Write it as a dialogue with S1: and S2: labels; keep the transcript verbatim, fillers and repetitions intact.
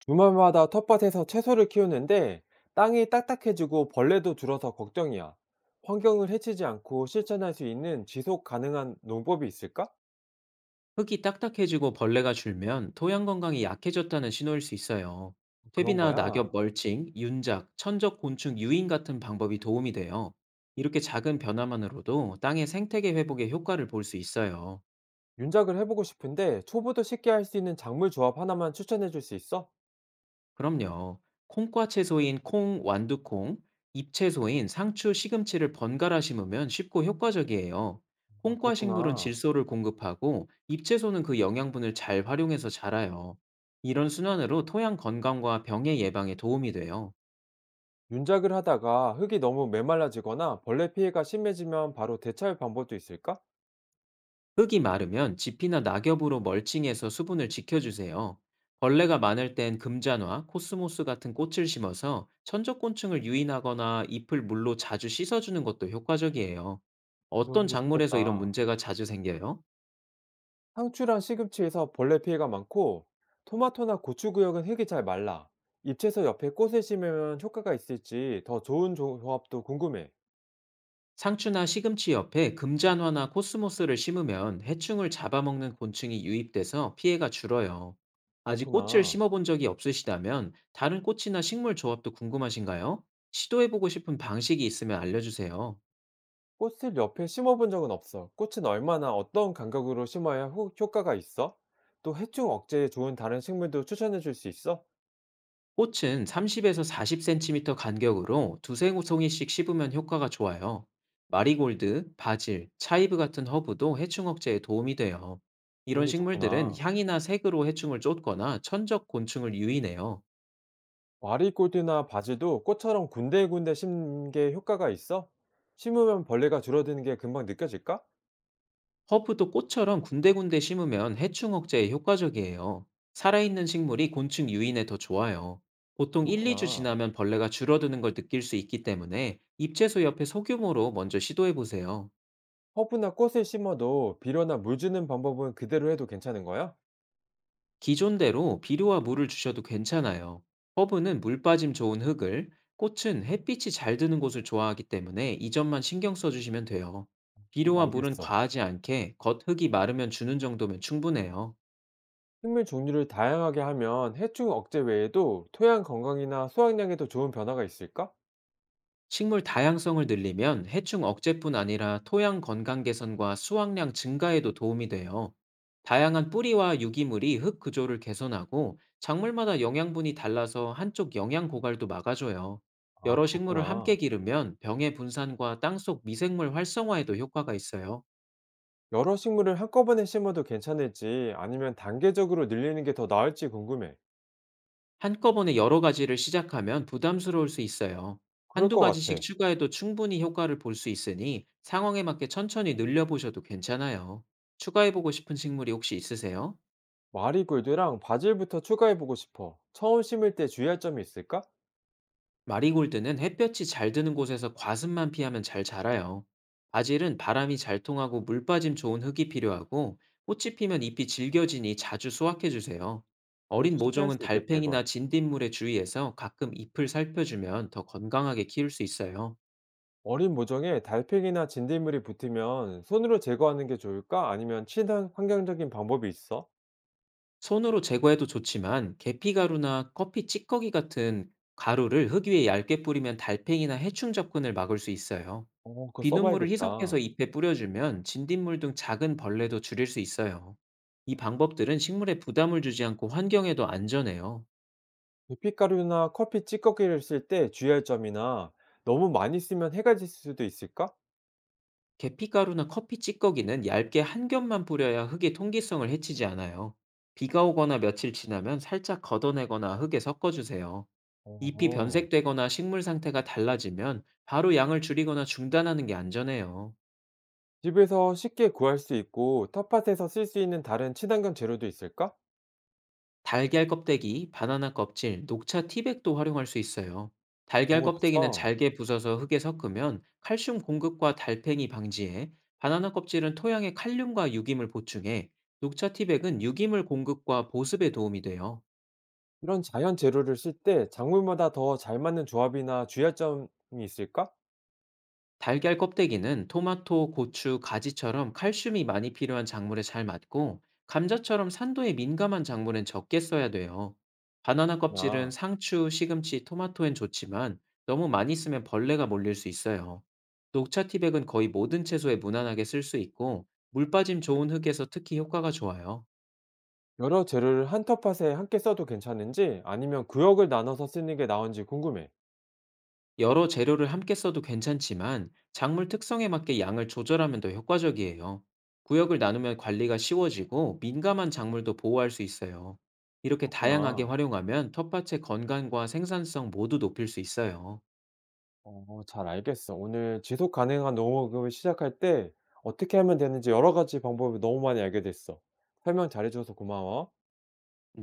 S1: 주말마다 텃밭에서 채소를 키우는데 땅이 딱딱해지고 벌레도 줄어서 걱정이야. 환경을 해치지 않고 실천할 수 있는 지속 가능한 농법이 있을까?
S2: 흙이 딱딱해지고 벌레가 줄면 토양 건강이 약해졌다는 신호일 수 있어요.
S1: 그런
S2: 퇴비나 낙엽
S1: 거야.
S2: 멀칭, 윤작, 천적 곤충 유인 같은 방법이 도움이 돼요. 이렇게 작은 변화만으로도 땅의 생태계 회복에 효과를 볼 수 있어요.
S1: 윤작을 해보고 싶은데 초보도 쉽게 할 수 있는 작물 조합 하나만 추천해 줄 수 있어?
S2: 그럼요. 콩과 채소인 콩, 완두콩, 잎채소인 상추, 시금치를 번갈아 심으면 쉽고 효과적이에요.
S1: 아,
S2: 콩과 식물은
S1: 그렇구나.
S2: 질소를 공급하고 잎채소는 그 영양분을 잘 활용해서 자라요. 이런 순환으로 토양 건강과 병의 예방에 도움이 돼요.
S1: 윤작을 하다가 흙이 너무 메말라지거나 벌레 피해가 심해지면 바로 대처할 방법도 있을까?
S2: 흙이 마르면 지피나 낙엽으로 멀칭해서 수분을 지켜주세요. 벌레가 많을 땐 금잔화, 코스모스 같은 꽃을 심어서 천적곤충을 유인하거나 잎을 물로 자주 씻어주는 것도 효과적이에요. 어떤
S1: 그런 게
S2: 작물에서 이런
S1: 좋겠다.
S2: 문제가 자주 생겨요?
S1: 상추랑 시금치에서 벌레 피해가 많고 토마토나 고추 구역은 흙이 잘 말라. 잎채소 옆에 꽃을 심으면 효과가 있을지 더 좋은 조- 조합도 궁금해.
S2: 상추나 시금치 옆에 금잔화나 코스모스를 심으면 해충을 잡아먹는 곤충이 유입돼서 피해가 줄어요. 아직 꽃을
S1: 그렇구나.
S2: 심어본 적이 없으시다면 다른 꽃이나 식물 조합도 궁금하신가요? 시도해보고 싶은 방식이 있으면 알려주세요.
S1: 꽃을 옆에 심어본 적은 없어. 꽃은 얼마나 어떤 간격으로 심어야 효, 효과가 있어? 또 해충 억제에 좋은 다른 식물도 추천해 줄 수 있어?
S2: 꽃은 삼십에서 사십 센티미터 간격으로 두세 송이씩 씹으면 효과가 좋아요. 마리골드, 바질, 차이브 같은 허브도 해충 억제에 도움이 돼요.
S1: 그런
S2: 이런
S1: 게
S2: 식물들은
S1: 좋구나.
S2: 향이나 색으로 해충을 쫓거나 천적 곤충을 유인해요.
S1: 마리골드나 바지도 꽃처럼 군데군데 심는 게 효과가 있어? 심으면 벌레가 줄어드는 게 금방 느껴질까?
S2: 허브도 꽃처럼 군데군데 심으면 해충 억제에 효과적이에요. 살아있는 식물이 곤충 유인에 더 좋아요. 보통 일, 이 주
S1: 그렇구나.
S2: 지나면 벌레가 줄어드는 걸 느낄 수 있기 때문에 잎채소 옆에 소규모로 먼저 시도해 보세요.
S1: 허브나 꽃을 심어도 비료나 물 주는 방법은 그대로 해도 괜찮은 거야?
S2: 기존대로 비료와 물을 주셔도 괜찮아요. 허브는 물 빠짐 좋은 흙을, 꽃은 햇빛이 잘 드는 곳을 좋아하기 때문에 이 점만 신경 써주시면 돼요.
S1: 아,
S2: 비료와 물은
S1: 알겠어.
S2: 과하지 않게 겉 흙이 마르면 주는 정도면 충분해요.
S1: 식물 종류를 다양하게 하면 해충 억제 외에도 토양 건강이나 수확량에도 좋은 변화가 있을까?
S2: 식물 다양성을 늘리면 해충 억제뿐 아니라 토양 건강 개선과 수확량 증가에도 도움이 돼요. 다양한 뿌리와 유기물이 흙 구조를 개선하고 작물마다 영양분이 달라서 한쪽 영양 고갈도 막아줘요.
S1: 아,
S2: 여러 식물을
S1: 그렇구나.
S2: 함께 기르면 병의 분산과 땅속 미생물 활성화에도 효과가 있어요.
S1: 여러 식물을 한꺼번에 심어도 괜찮을지 아니면 단계적으로 늘리는 게 더 나을지 궁금해.
S2: 한꺼번에 여러 가지를 시작하면 부담스러울 수 있어요.
S1: 그럴
S2: 한두
S1: 것
S2: 가지씩
S1: 같아.
S2: 추가해도 충분히 효과를 볼 수 있으니 상황에 맞게 천천히 늘려보셔도 괜찮아요. 추가해보고 싶은 식물이 혹시 있으세요?
S1: 마리골드랑 바질부터 추가해보고 싶어. 처음 심을 때 주의할 점이 있을까?
S2: 마리골드는 햇볕이 잘 드는 곳에서 과습만 피하면 잘 자라요. 바질은 바람이 잘 통하고 물 빠짐 좋은 흙이 필요하고 꽃이 피면 잎이 질겨지니 자주 수확해주세요.
S1: 그래도
S2: 어린
S1: 쉽게 할
S2: 모종은
S1: 수 있겠다, 이건.
S2: 달팽이나 진딧물에 주의해서 가끔 잎을 살펴주면 더 건강하게 키울 수 있어요.
S1: 어린 모종에 달팽이나 진딧물이 붙으면 손으로 제거하는 게 좋을까? 아니면 친환 환경적인 방법이 있어?
S2: 손으로 제거해도 좋지만 계피 가루나 커피 찌꺼기 같은 가루를 흙 위에 얇게 뿌리면 달팽이나 해충 접근을 막을 수 있어요.
S1: 어, 그거
S2: 비눗물을 희석해서
S1: 써봐야겠다.
S2: 잎에 뿌려주면 진딧물 등 작은 벌레도 줄일 수 있어요. 이 방법들은 식물에 부담을 주지 않고 환경에도 안전해요.
S1: 계피가루나 커피 찌꺼기를 쓸 때 주의할 점이나 너무 많이 쓰면 해가 질 수도 있을까?
S2: 계피 가루나 커피 찌꺼기는 얇게 한 겹만 뿌려야 흙의 통기성을 해치지 않아요. 비가 오거나 며칠 지나면 살짝 걷어내거나 흙에 섞어주세요. 잎이
S1: 어,
S2: 변색되거나 식물 상태가 달라지면 바로 양을 줄이거나 중단하는 게 안전해요.
S1: 집에서 쉽게 구할 수 있고 텃밭에서 쓸 수 있는 다른 친환경 재료도 있을까?
S2: 달걀 껍데기, 바나나 껍질, 녹차 티백도 활용할 수 있어요. 달걀
S1: 그런 것도
S2: 껍데기는
S1: 써.
S2: 잘게 부숴서 흙에 섞으면 칼슘 공급과 달팽이 방지에, 바나나 껍질은 토양에 칼륨과 유기물 보충에, 녹차 티백은 유기물 공급과 보습에 도움이 돼요.
S1: 이런 자연 재료를 쓸 때 작물마다 더 잘 맞는 조합이나 주의할 점이 있을까?
S2: 달걀 껍데기는 토마토, 고추, 가지처럼 칼슘이 많이 필요한 작물에 잘 맞고, 감자처럼 산도에 민감한 작물엔 적게 써야 돼요. 바나나 껍질은
S1: 나.
S2: 상추, 시금치, 토마토엔 좋지만 너무 많이 쓰면 벌레가 몰릴 수 있어요. 녹차 티백은 거의 모든 채소에 무난하게 쓸 수 있고, 물빠짐 좋은 흙에서 특히 효과가 좋아요.
S1: 여러 재료를 한 텃밭에 함께 써도 괜찮은지 아니면 구역을 나눠서 쓰는 게 나은지 궁금해.
S2: 여러 재료를 함께 써도 괜찮지만 작물 특성에 맞게 양을 조절하면 더 효과적이에요. 구역을 나누면 관리가 쉬워지고 민감한 작물도 보호할 수 있어요. 이렇게 다양하게
S1: 그렇구나.
S2: 활용하면 텃밭의 건강과 생산성 모두 높일 수 있어요.
S1: 어, 잘 알겠어. 오늘 지속 가능한 농업을 시작할 때 어떻게 하면 되는지 여러 가지 방법을 너무 많이 알게 됐어. 설명 잘해줘서 고마워.
S2: 네.